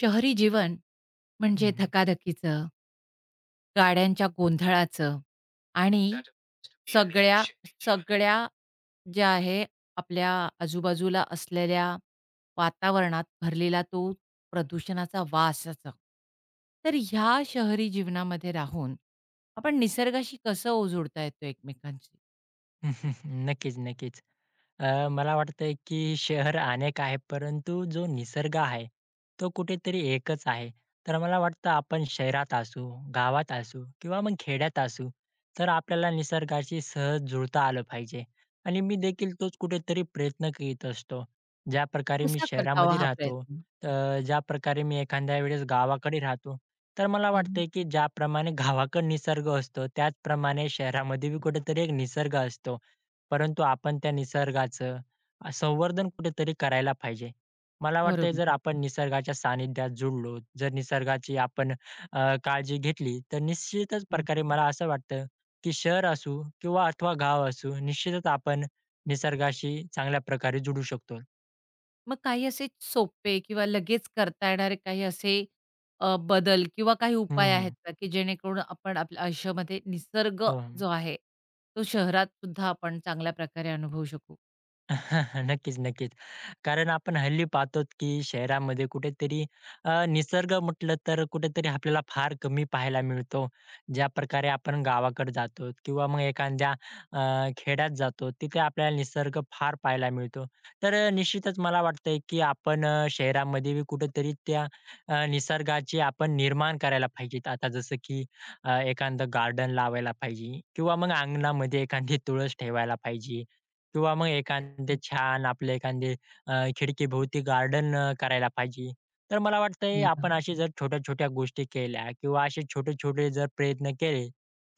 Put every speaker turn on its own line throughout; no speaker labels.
शहरी जीवन
हं,
म्हणजे
हं.
धकाधकीचं, गाड्यांच्या गोंधळाचं आणि सगळ्या सगळ्या ज्या आहे आपल्या आजूबाजूला असलेल्या वातावरणात भरलेला तो प्रदूषणाचा वासाचा. तर ह्या शहरी जीवनामध्ये राहून आपण निसर्गाशी कसं ओजोडता येतो एकमेकांशी?
नक्कीच, नक्कीच. मला वाटतंय की शहर अनेक आहे, परंतु जो निसर्ग आहे, तो कुठेतरी एकच आहे. तर मला वाटतं आपण शहरात असू, गावात असू किंवा मग खेड्यात असू, तर आपल्याला निसर्गाशी सहज जुळता आलं पाहिजे. आणि मी देखील तोच कुठेतरी प्रयत्न करीत असतो. ज्या प्रकारे मी
कसा करता
शहरामध्ये
हा
राहतो,
प्रयत्न?
ज्या प्रकारे मी एखाद्या वेळेस गावाकडे राहतो, तर मला
हं, हं.
वाटतंय की ज्याप्रमाणे गावाकडे निसर्ग असतो, त्याचप्रमाणे शहरामध्ये बी कुठेतरी एक निसर्ग असतो. परंतु आपण त्या निसर्गाचं संवर्धन कुठेतरी करायला पाहिजे. मला वाटतंय
बरोबर.
जर आपण निसर्गाच्या सानिध्यात जुडलो, जर निसर्गाची आपण काळजी घेतली, तर निश्चितच प्रकारे मला असं वाटतं, की शहर असू किंवा अथवा गाव असू, निश्चितच आपण निसर्गाशी चांगल्या प्रकारे जुडू शकतो.
मग काही असे सोपे किंवा लगेच करता येणारे काही असे बदल किंवा काही उपाय
हं,
आहेत का, की जेणेकरून आपण आपल्या आयुष्यामध्ये निसर्ग
हो.
जो आहे, तो शहरात सुद्धा आपण चांगल्या प्रकारे अनुभवू शकू?
नक्कीच, नक्कीच. कारण आपण हल्ली पाहतो की शहरामध्ये कुठेतरी निसर्ग म्हटलं तर कुठेतरी आपल्याला फार कमी पाहायला मिळतो. ज्याप्रकारे आपण गावाकडे जातो किंवा मग एखाद्या खेड्यात जातो, तिथे आपल्याला निसर्ग फार पाहायला मिळतो. तर निश्चितच मला वाटतंय की आपण शहरामध्ये बी कुठेतरी त्या निसर्गाची आपण निर्माण करायला पाहिजेत. आता जसं की एखादं गार्डन लावायला पाहिजे किंवा मग अंगणामध्ये एखादी तुळस ठेवायला पाहिजे किंवा मग एखादे छान आपले एखादे खिडकीभोवती गार्डन करायला पाहिजे. तर मला वाटतंय
बरं.
आपण अशा जर छोट्या-छोट्या गोष्टी केल्या किंवा असे छोटे-छोटे जर प्रयत्न केले,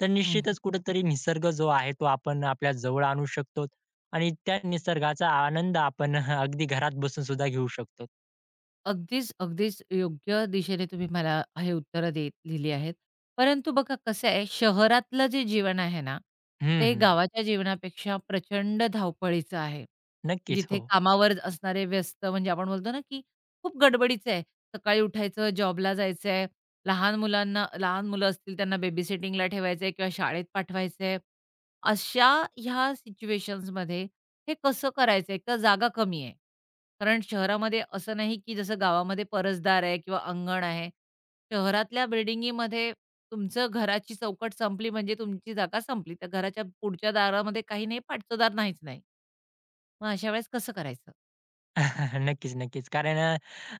तर
हं.
निश्चितच कुठेतरी निसर्ग जो आहे तो आपण आपल्या जवळ आणू शकतो आणि त्या निसर्गाचा आनंद आपण अगदी घरात बसून सुद्धा घेऊ शकतो.
अगदीच, अगदीच योग्य दिशेने तुम्ही मला हे उत्तरं देत दिली आहेत. परंतु बघा कसं आहे, शहरातलं जे जीवन आहे ना,
हं,
ते
हं.
गावाच्या जीवनापेक्षा प्रचंड धावपळीचं आहे.
नक्कीच.
जिथे
हो.
कामावर असणारे व्यस्त म्हणजे आपण बोलतो ना, की खूप गडबडीचं आहे. सकाळी उठायचं, जॉबला जायचं आहे, लहान मुलांना लहान मुलं असतील त्यांना बेबीसिटिंगला ठेवायचं आहे किंवा शाळेत पाठवायचं आहे. अशा ह्या सिच्युएशन्समध्ये हे कसं करायचं आहे? का जागा कमी आहे? कारण शहरामध्ये असं नाही, की जसं गावामध्ये परसदार आहे किंवा अंगण आहे. शहरातल्या बिल्डिंगीमध्ये तुमचं घराची चौकट संपली म्हणजे तुमची जागा संपली. त्या घराच्या पुढच्या दारामध्ये काही नाही, पाठचं दार नाहीच नाही. मग अशा वेळेस कसं करायचं?
नक्कीच, नक्कीच. कारण अ,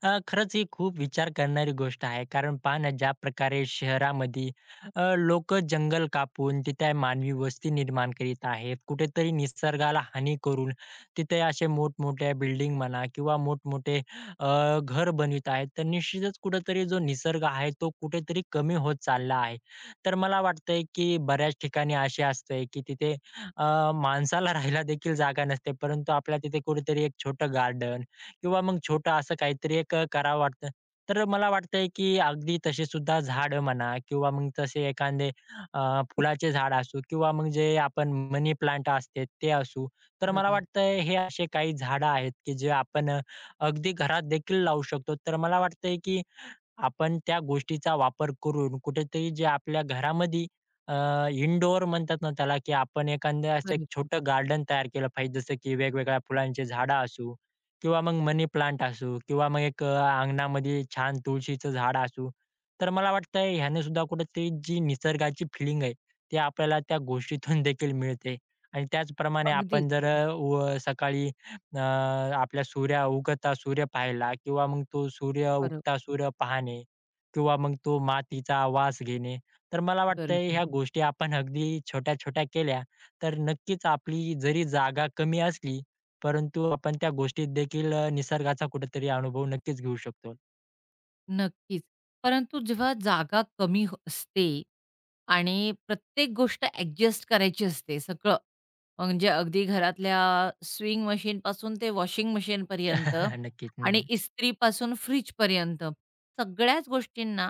अ, खरंच ही खूप विचार करणारी गोष्ट आहे. कारण पहा ना, ज्या प्रकारे शहरामध्ये अ, जंगल कापून तिथे मानवी वस्ती निर्माण करीत आहेत. कुठेतरी निसर्गाला हानी करून तिथे असे मोठमोठ्या बिल्डिंग म्हणा किंवा मोठमोठे घर बनवीत आहेत. तर निश्चितच कुठेतरी जो निसर्ग आहे, तो कुठेतरी कमी होत चालला आहे. तर मला वाटतंय, की बऱ्याच ठिकाणी असे असतंय, की तिथे माणसाला राहायला देखील जागा नसते, परंतु आपल्याला तिथे कुठेतरी एक छोटं गार्डन किंवा मग छोटं असं काहीतरी एक करावं वाटतं. तर मला वाटतंय, की अगदी तसे सुद्धा झाडं म्हणा किंवा मग तसे एखादे फुलाचे झाड असू किंवा मग जे आपण मनी प्लांट असते ते असू. तर मला
बरोबर,
वाटतंय हे असे काही झाडं आहेत, की जे आपण अगदी घरात देखील लावू शकतो. तर मला वाटतंय, की आपण त्या गोष्टीचा वापर करून कुठेतरी जे आपल्या घरामध्ये अ, इनडोअर म्हणतात ना त्याला, की आपण एखादं असं एक
बरोबर.
छोटं गार्डन तयार केलं पाहिजे. जसं की वेगवेगळ्या फुलांची झाडं असू किंवा मग मनी प्लांट असू किंवा मग एक अंगणामध्ये छान तुळशीचं झाड असू. तर मला वाटतंय ह्याने सुद्धा कुठेतरी जी निसर्गाची फिलिंग आहे, ती आपल्याला त्या गोष्टीतून देखील मिळते. आणि त्याचप्रमाणे आपण
अगदीच.
जर व सकाळी अ, आपल्या सूर्य उगता सूर्य पाहिला किंवा मग तो सूर्य
बरोबर,
उगता सूर्य पाहणे किंवा मग तो मातीचा वास घेणे. तर मला वाटतंय
बरोबर.
ह्या गोष्टी आपण अगदी छोट्या-छोट्या केल्या तर नक्कीच आपली जरी जागा कमी असली, परंतु आपण त्या गोष्टीत देखील निसर्गाचा कुठेतरी अनुभव नक्कीच घेऊ शकतो.
नक्कीच. परंतु जेव्हा जागा कमी असते आणि प्रत्येक गोष्ट ॲडजस्ट करायची असते सगळं. म्हणजे अगदी घरातल्या स्विंग मशीन मशीनपासून ते वॉशिंग मशीनपर्यंत
नक्कीच. हं,
आणि
हं.
इस्त्रीपासून फ्रिजपर्यंत सगळ्याच गोष्टींना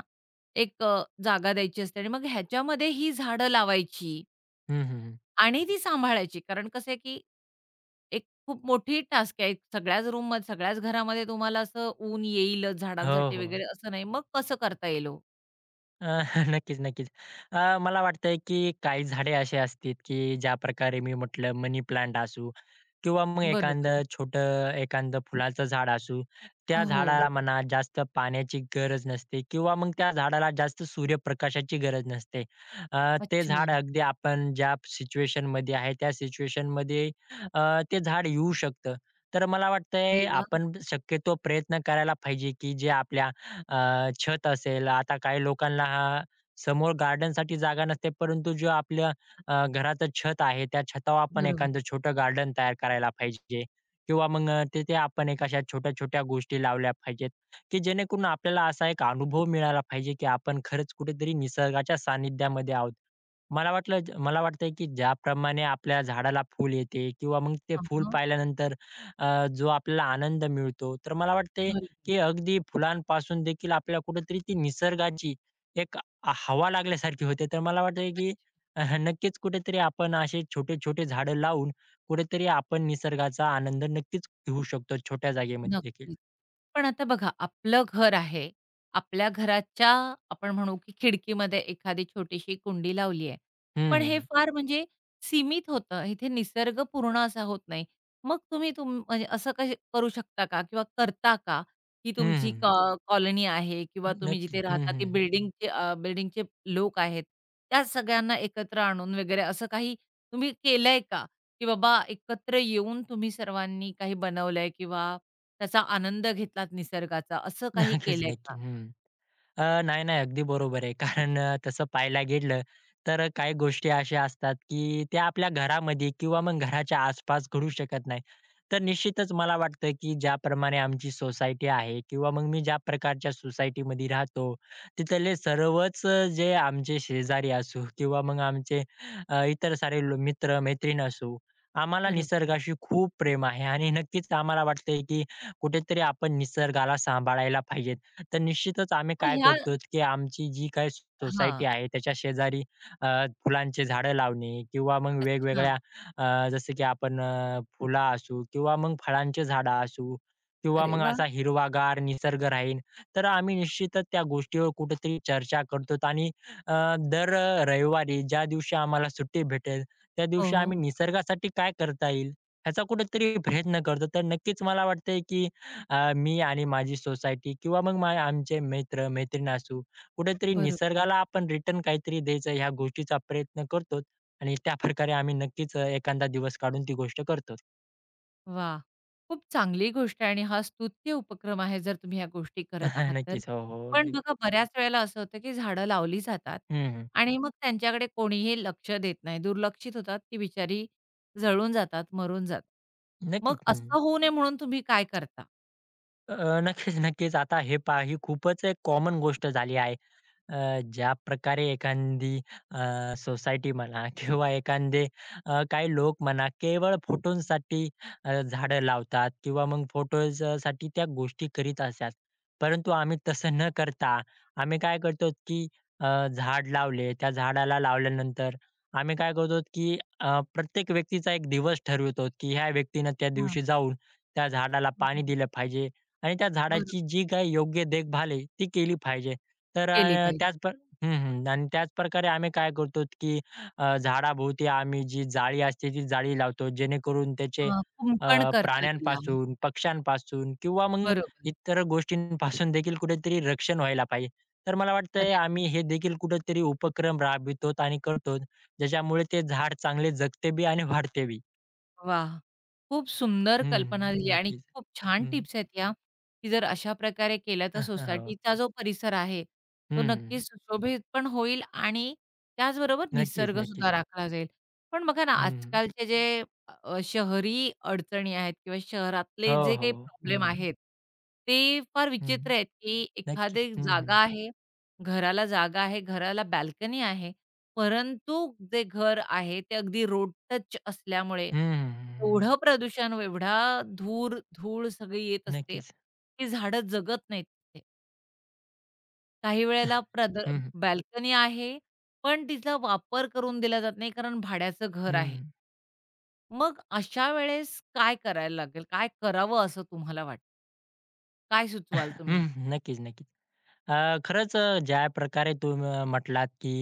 एक जागा द्यायची असते आणि मग ह्याच्यामध्ये ही झाडं लावायची
हं,
आणि ती सांभाळायची. कारण कसं आहे की एक खूप मोठी टास्क आहे. एक सगळ्याच रूममध्ये, सगळ्याच घरामध्ये तुम्हाला असं ऊन येईलच
हो,
झाडांसाठी
हो.
वगैरे असं नाही. मग कसं करता येईल हो?
अ, नक्कीच, नक्कीच. मला वाटतंय की काही झाडे अशी असतील की ज्या प्रकारे मी म्हटलं मनी प्लांट असू किंवा मग
बरोबर.
एखादं छोटं एखादं फुलाचं झाड असू. त्या
हो.
झाडाला म्हणा जास्त पाण्याची गरज नसते किंवा मग त्या झाडाला जास्त सूर्यप्रकाशाची गरज नसते. ते झाड
अच्छा.
अगदी आपण ज्या सिच्युएशनमध्ये आहे त्या सिच्युएशनमध्ये अ, ते झाड येऊ शकतं. तर मला वाटतंय
अरे वाह!
आपण शक्यतो प्रयत्न करायला पाहिजे की जे आपल्या छत असेल, आता काही लोकांना हा समोर गार्डनसाठी जागा नसते, परंतु जो आपल्या घराचं छत आहे, त्या छतावर आपण
बरोबर.
एखादं छोटं गार्डन तयार करायला पाहिजे किंवा मग तिथे आपण एक अशा छोट्या-छोट्या गोष्टी लावल्या पाहिजेत, की जेणेकरून आपल्याला असा एक अनुभव मिळाला पाहिजे, की आपण खरंच कुठेतरी निसर्गाच्या सानिध्यामध्ये आहोत. मला वाटतंय, की ज्याप्रमाणे आपल्या झाडाला फूल येते किंवा मग ते
हां,
फूल
हां.
पाहिल्यानंतर जो आपल्याला आनंद मिळतो, तर मला वाटतंय
बरोबर.
की अगदी फुलांपासून देखील आपल्याला कुठेतरी ती निसर्गाची एक हवा लागल्यासारखी होते. तर मला वाटतंय की
अच्छा.
नक्कीच कुठेतरी आपण असे छोटे-छोटे झाडं लावून कुठेतरी आपण निसर्गाचा आनंद नक्कीच घेऊ शकतो छोट्या जागेमध्ये देखील.
नक्की. पण आता बघा, आपलं घर आहे. आपल्या घराच्या आपण म्हणू, की खिडकीमध्ये एखादी छोटीशी कुंडी लावली आहे.
हं,
पण
हं,
हे
हं.
फार म्हणजे सीमित होतं. इथे निसर्ग पूर्ण असा होत नाही. मग तुम्ही म्हणजे असं काही करू शकता का किंवा करता का, की तुमची कॉ कॉलनी आहे किंवा तुम्ही
नक्की.
जिथे
हं,
राहता ती
हं.
बिल्डिंगचे लोक आहेत. त्या सगळ्यांना एकत्र आणून वगैरे असं काही तुम्ही केलंय का? की बाबा एकत्र येऊन तुम्ही सर्वांनी काही बनवलंय किंवा त्याचा आनंद घेतलात निसर्गाचा, असं काही
नक्कीच,
केलंय
नक्की.
का?
हं. नाही, नाही. अगदी बरोबर आहे. कारण तसं पाहायला गेलं तर काही गोष्टी अशा असतात, की त्या आपल्या घरामध्ये किंवा मग घराच्या आसपास घडू शकत नाही. तर निश्चितच मला वाटतं, की ज्याप्रमाणे आमची सोसायटी आहे किंवा मग मी ज्या प्रकारच्या सोसायटीमध्ये राहतो, तिथले सर्वच जे आमचे शेजारी असू किंवा मग आमचे इतर सारे मित्र-मैत्रीण असू, आम्हाला
बरोबर.
निसर्गाशी खूप प्रेम आहे आणि नक्कीच आम्हाला वाटतंय, की कुठेतरी आपण निसर्गाला सांभाळायला पाहिजे. तर निश्चितच आम्ही
मग
काय
ह्या
करतो, की आमची जी काही सोसायटी
हां.
आहे त्याच्या शेजारी अ, फुलांचे झाडं लावणे किंवा मग
अच्छा.
वेगवेगळ्या जसं की आपण फुलं असू किंवा मग फळांचे झाडं असू किंवा
अरे
मग
वाह!
असा हिरवागार निसर्ग राहील. तर आम्ही निश्चितच त्या गोष्टीवर कुठेतरी चर्चा करतो आणि अ, दर रविवारी ज्या दिवशी आम्हाला सुट्टी भेटेल, त्या
हो,
दिवशी
हो.
आम्ही निसर्गासाठी काय करता येईल, ह्याचा कुठेतरी प्रयत्न करतो. तर नक्कीच मला वाटतंय की मी आणि माझी सोसायटी किंवा मग आमचे मित्र, मैत्रीण असू, कुठेतरी
बरोबर.
निसर्गाला आपण रिटर्न काहीतरी द्यायचं ह्या गोष्टीचा प्रयत्न करतोच आणि त्या प्रकारे आम्ही नक्कीच एखादा दिवस काढून ती गोष्ट करतोच.
वाह! खूप चांगली गोष्ट आहे आणि हा स्तुत्य उपक्रम आहे जर तुम्ही ह्या गोष्टी करत आहात तर.
नक्कीच. हो, हो.
पण
अगदी.
बघा बऱ्याच वेळेला असं होतं, की झाडं लावली जातात
हं, हं.
आणि मग त्यांच्याकडे कोणीही लक्ष देत नाही. दुर्लक्षित होतात, ती बिचारी जळून जातात, मरून जातात.
नक्कीच.
मग
हं.
असं होऊ नये म्हणून तुम्ही काय करता?
नक्कीच, नक्कीच. आता हे पहा ही खूपच एक कॉमन गोष्ट झाली आहे. ज्या प्रकारे एखादी सोसायटी म्हणा किंवा एखादे काही लोक म्हणा केवळ फोटोंसाठी झाडं लावतात किंवा मग फोटोजसाठी त्या गोष्टी करीत असतात. परंतु आम्ही तसं न करता आम्ही काय करतो की झाड लावले, त्या झाडाला लावल्यानंतर आम्ही काय करतो की प्रत्येक व्यक्तीचा एक दिवस ठरवतो की ह्या व्यक्तीनं त्या
अच्छा.
दिवशी जाऊन त्या झाडाला पाणी दिलं पाहिजे आणि त्या
बरोबर.
झाडाची जी काही योग्य देखभाल आहे ती केली पाहिजे. तर
केली
अ,
पाहिजे.
त्याच प्र हं, हं. आणि त्याच प्रकारे आम्ही काय करतो, की झाडाभोवती आम्ही जी जाळी असते, ती जाळी लावतो. जेणेकरून त्याचे
कुंपण करता तिला.
प्राण्यांपासून, पक्ष्यांपासून किंवा मग
बरोबर.
इतर गोष्टींपासून देखील कुठेतरी रक्षण व्हायला पाहिजे. तर मला वाटतंय
अरे वाह!
आम्ही हे देखील कुठेतरी उपक्रम राबवितो आणि करतो. ज्याच्यामुळे ते झाड चांगले जगते बी आणि वाढते बी.
वाह! खूप सुंदर
हं,
कल्पना दिली
हं.
आणि
नक्कीच.
खूप छान
हं.
टिप्स आहेत ह्या, की जर अशा प्रकारे केल्या तर
हो.
सोसायटीचा जो परिसर आहे, तो
हं,
नक्कीच सुशोभित पण होईल आणि त्याचबरोबर
नक्कीच,
निसर्गसुद्धा
नक्कीच.
राखला जाईल. पण बघा ना,
हं.
आजकालचे जे शहरी अडचणी आहेत किंवा शहरातले
हो,
जे
हो.
काही प्रॉब्लेम
हं,
आहेत, ते फार
हं.
विचित्र आहेत, की
नक्कीच.
एखादी
हं,
जागा
हं.
आहे, घराला जागा आहे, घराला बाल्कनी आहे, परंतु जे घर आहे ते अगदी रोड टच असल्यामुळे
हं, हं, हं, हं.
एवढं प्रदूषण, एवढा धूर, धूळ सगळी येत असते,
नक्कीच.
की झाडं जगत नाहीत तिथे. काही
हं,
वेळेला प्रद
हं.
बाल्कनी आहे, पण तिचा वापर करून दिला जात नाही कारण भाड्याचं घर आहे.
हं,
मग अशा वेळेस काय करायला लागेल? काय करावं असं तुम्हाला वाटतं? काय सुचवाल तुम्ही?
नक्कीच, नक्कीच. खरंच ज्या प्रकारे तुम्ही म्हटलात, की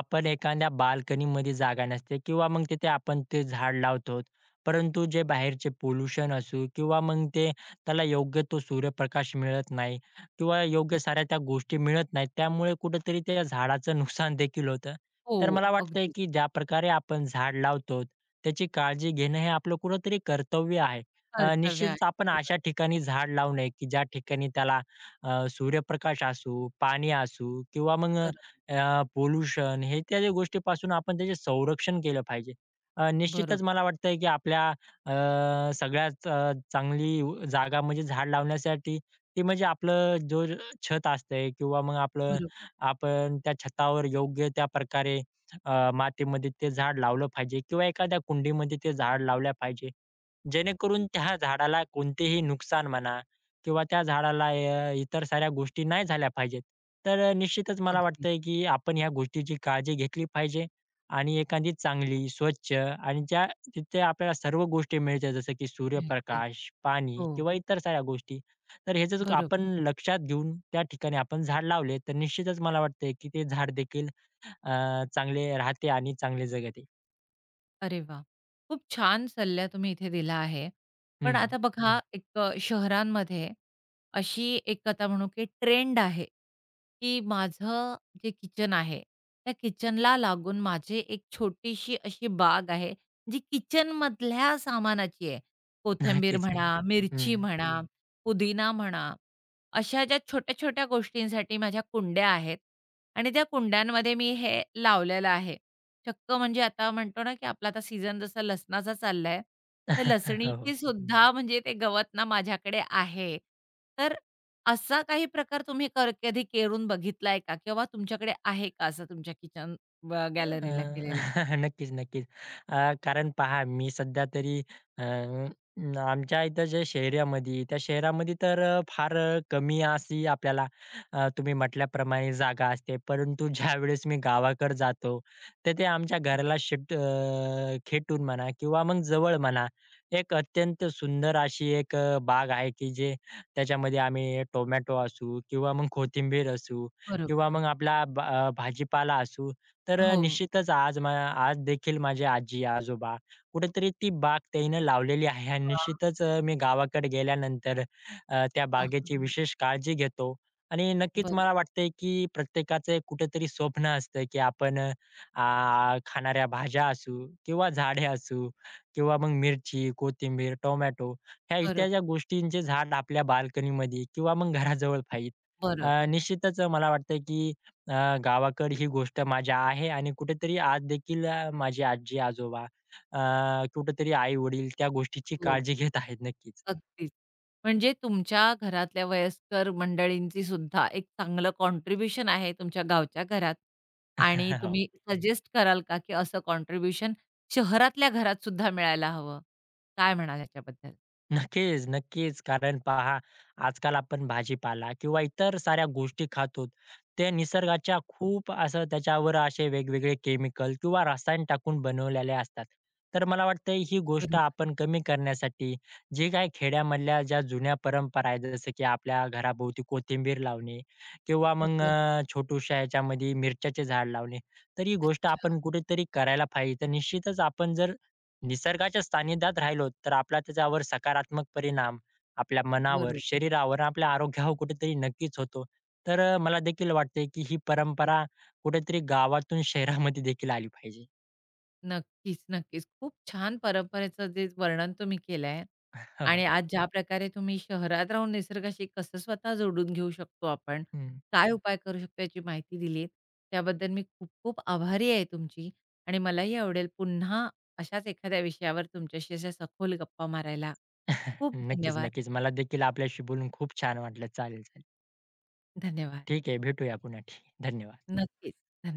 आपण एखाद्या बाल्कनीमध्ये जागा नसते किंवा मग तिथे आपण ते झाड लावतो. परंतु जे बाहेरचे पोल्युशन असू किंवा मग ते त्याला योग्य तो सूर्यप्रकाश मिळत नाही किंवा योग्य
अच्छा.
साऱ्या त्या गोष्टी मिळत नाहीत. त्यामुळे कुठेतरी त्या झाडाचं नुकसान देखील होतं.
हो,
तर मला वाटतंय,
अगदीच.
की ज्या प्रकारे आपण झाड लावतो, त्याची काळजी घेणं हे आपलं कुठेतरी कर्तव्य आहे.
कर्तव्य आहे.
निश्चितच आपण अशा
बरोबर.
ठिकाणी झाड लावू नये, की ज्या ठिकाणी त्याला सूर्यप्रकाश असू, पाणी असू किंवा मग
बरो
पोल्युशन हे त्या ज्या गोष्टीपासून आपण त्याचे संरक्षण केलं पाहिजे.
बरोबर,
निश्चितच मला वाटतंय की आपल्या सगळ्यात चांगली जागा म्हणजे झाड लावण्यासाठी ती म्हणजे आपलं जो छत असतंय किंवा मग
बरोबर.
आपण त्या छतावर योग्य त्या प्रकारे मातीमध्ये ते झाड लावलं पाहिजे किंवा एखाद्या कुंडीमध्ये ते झाड लावल्या पाहिजे. जेणेकरून त्या झाडाला कोणतेही नुकसान म्हणा किंवा त्या झाडाला इतर साऱ्या गोष्टी नाही झाल्या पाहिजेत. तर निश्चितच मला
अगदीच.
वाटतंय की आपण ह्या गोष्टीची काळजी घेतली पाहिजे आणि एखादी चांगली, स्वच्छ आणि ज्या तिथे आपल्याला सर्व गोष्टी मिळतात जसं की
मिळतील.
सूर्यप्रकाश, पाणी
हो,
किंवा इतर साऱ्या गोष्टी. तर ह्याचं जर
बरोबर.
आपण लक्षात घेऊन त्या ठिकाणी आपण झाड लावले तर निश्चितच मला वाटतंय की ते झाड देखील चांगले राहते आणि चांगले जगते.
अरे वा, खूप छान सल्ला तुम्ही इथे दिला आहे. पण
हं,
आता हं. बघा हम्म. एक शहरांमध्ये अशी एक आता म्हणू की ट्रेंड आहे, की माझं जे किचन आहे, त्या किचनला लागून माझी एक छोटीशी अशी बाग आहे, जी किचनमधल्या सामानाची आहे. कोथिंबीर हं.
नक्कीच,
म्हणा,
नक्की.
हम्म. मिरची
हं,
म्हणा, हं. पुदिना म्हणा, अशा ज्या छोट्या-छोट्या गोष्टींसाठी माझ्या कुंड्या आहेत आणि त्या कुंड्यांमध्ये मी हे लावलेलं आहे. चक्क म्हणजे आता म्हणतो ना, की आपला आता सीझन जसा लसणाचा चाललाय, तर
हो.
लसणीची
हो.
हं. सुद्धा म्हणजे ते गवत ना माझ्याकडे आहे. तर असा काही प्रकार तुम्ही कधी केरून बघितलाय का? किंवा तुमच्याकडे आहे का असं तुमच्या किचन
अ,
गॅलरीला केलेला?
नक्कीच, नक्कीच. कारण पहा मी सध्या तरी अ, आमच्या इथं जे शहरामध्ये त्या शहरामध्ये तर फार कमी अशी आपल्याला तुम्ही म्हटल्याप्रमाणे जागा असते. परंतु ज्यावेळेस मी गावाकडे जातो, तर ते आमच्या घराला खेटून म्हणा किंवा मग जवळ म्हणा, एक अत्यंत सुंदर अशी एक बाग आहे, की जे त्याच्यामध्ये आम्ही टोमॅटो असू किंवा मग कोथिंबीर असू
बरोबर.
किंवा मग आपला भाजीपाला असू. तर
हो.
निश्चितच आज देखील माझी आजी-आजोबा कुठेतरी ती बाग त्यांनी लावलेली आहे आणि
वाह!
निश्चितच मी गावाकडे गेल्यानंतर त्या
हां,
बागेची
हां.
विशेष काळजी घेतो आणि नक्कीच
बरोबर,
मला वाटतंय की प्रत्येकाचं एक कुठेतरी स्वप्न असतं की आपण खाणाऱ्या भाज्या असू किंवा झाडे असू किंवा मग मिरची, कोथिंबीर, टोमॅटो ह्या इत्यादी
बरोबर,
गोष्टींचे झाड आपल्या बाल्कनीमध्ये किंवा मग घराजवळ पाहिजे.
बरोबर.
निश्चितच मला वाटतं की गावाकडे ही गोष्ट माझ्या आहे आणि कुठेतरी आज देखील माझे आजी-आजोबा, कुठेतरी आई-वडील त्या गोष्टीची
हो.
काळजी घेत आहेत नक्कीच.
अगदीच. म्हणजे तुमच्या घरातल्या वयस्कर मंडळींची सुद्धा एक चांगलं कॉन्ट्रिब्युशन आहे तुमच्या गावच्या घरात आणि
हो.
तुम्ही सजेस्ट कराल का, की असं कॉन्ट्रिब्युशन शहरातल्या घरात सुद्धा मिळायला हवं? काय म्हणाल याच्याबद्दल?
नक्कीच, नक्कीच. कारण पहा, आजकाल आपण भाजीपाला किंवा इतर साऱ्या गोष्टी खातो. ते निसर्गाच्या खूप असं त्याच्यावर असे वेगवेगळे केमिकल किंवा रसायन टाकून बनवलेले असतात. तर मला वाटतं ही गोष्ट
बरोबर.
आपण कमी करण्यासाठी जे काही खेड्यामधल्या ज्या जुन्या परंपरा आहेत, जसं की आपल्या घराभोवती कोथिंबीर लावणे किंवा मग
अच्छा.
छोट्याशा ह्याच्यामध्ये मिरच्याचे झाड लावणे. तर ही गोष्ट
अच्छा.
आपण कुठेतरी करायला पाहिजे. तर निश्चितच आपण जर निसर्गाच्या सानिध्यात राहिलो तर आपला त्याच्यावर सकारात्मक परिणाम आपल्या मनावर,
बरोबर.
शरीरावर, आपल्या आरोग्यावर कुठेतरी नक्कीच होतो. तर मला देखील वाटते, की ही
नक्कीच.
परंपरा कुठेतरी गावातून शहरामध्ये देखील आली पाहिजे.
नक्कीच, नक्कीच. खूप छान परंपरेचं जे वर्णन तुम्ही केलंय
हो, हो.
आणि आज ज्या प्रकारे तुम्ही शहरात राहून निसर्गाशी कसं स्वतः जोडून घेऊ शकतो आपण,
हं.
काय उपाय करू शकतो याची माहिती दिलीत. त्याबद्दल मी खूप खूप आभारी आहे तुमची आणि मलाही आवडेल पुन्हा अशाच एखाद्या विषयावर तुमच्याशी अशा सखोल गप्पा मारायला. खूप
नक्कीच,
धन्यवाद.
नक्कीच. मला देखील आपल्याशी बोलून खूप छान वाटलं. चालेल, चालेल.
धन्यवाद.
ठीक आहे. भेटूया पुन्हा. ठीक, धन्यवाद.
नक्कीच. धन्यवाद.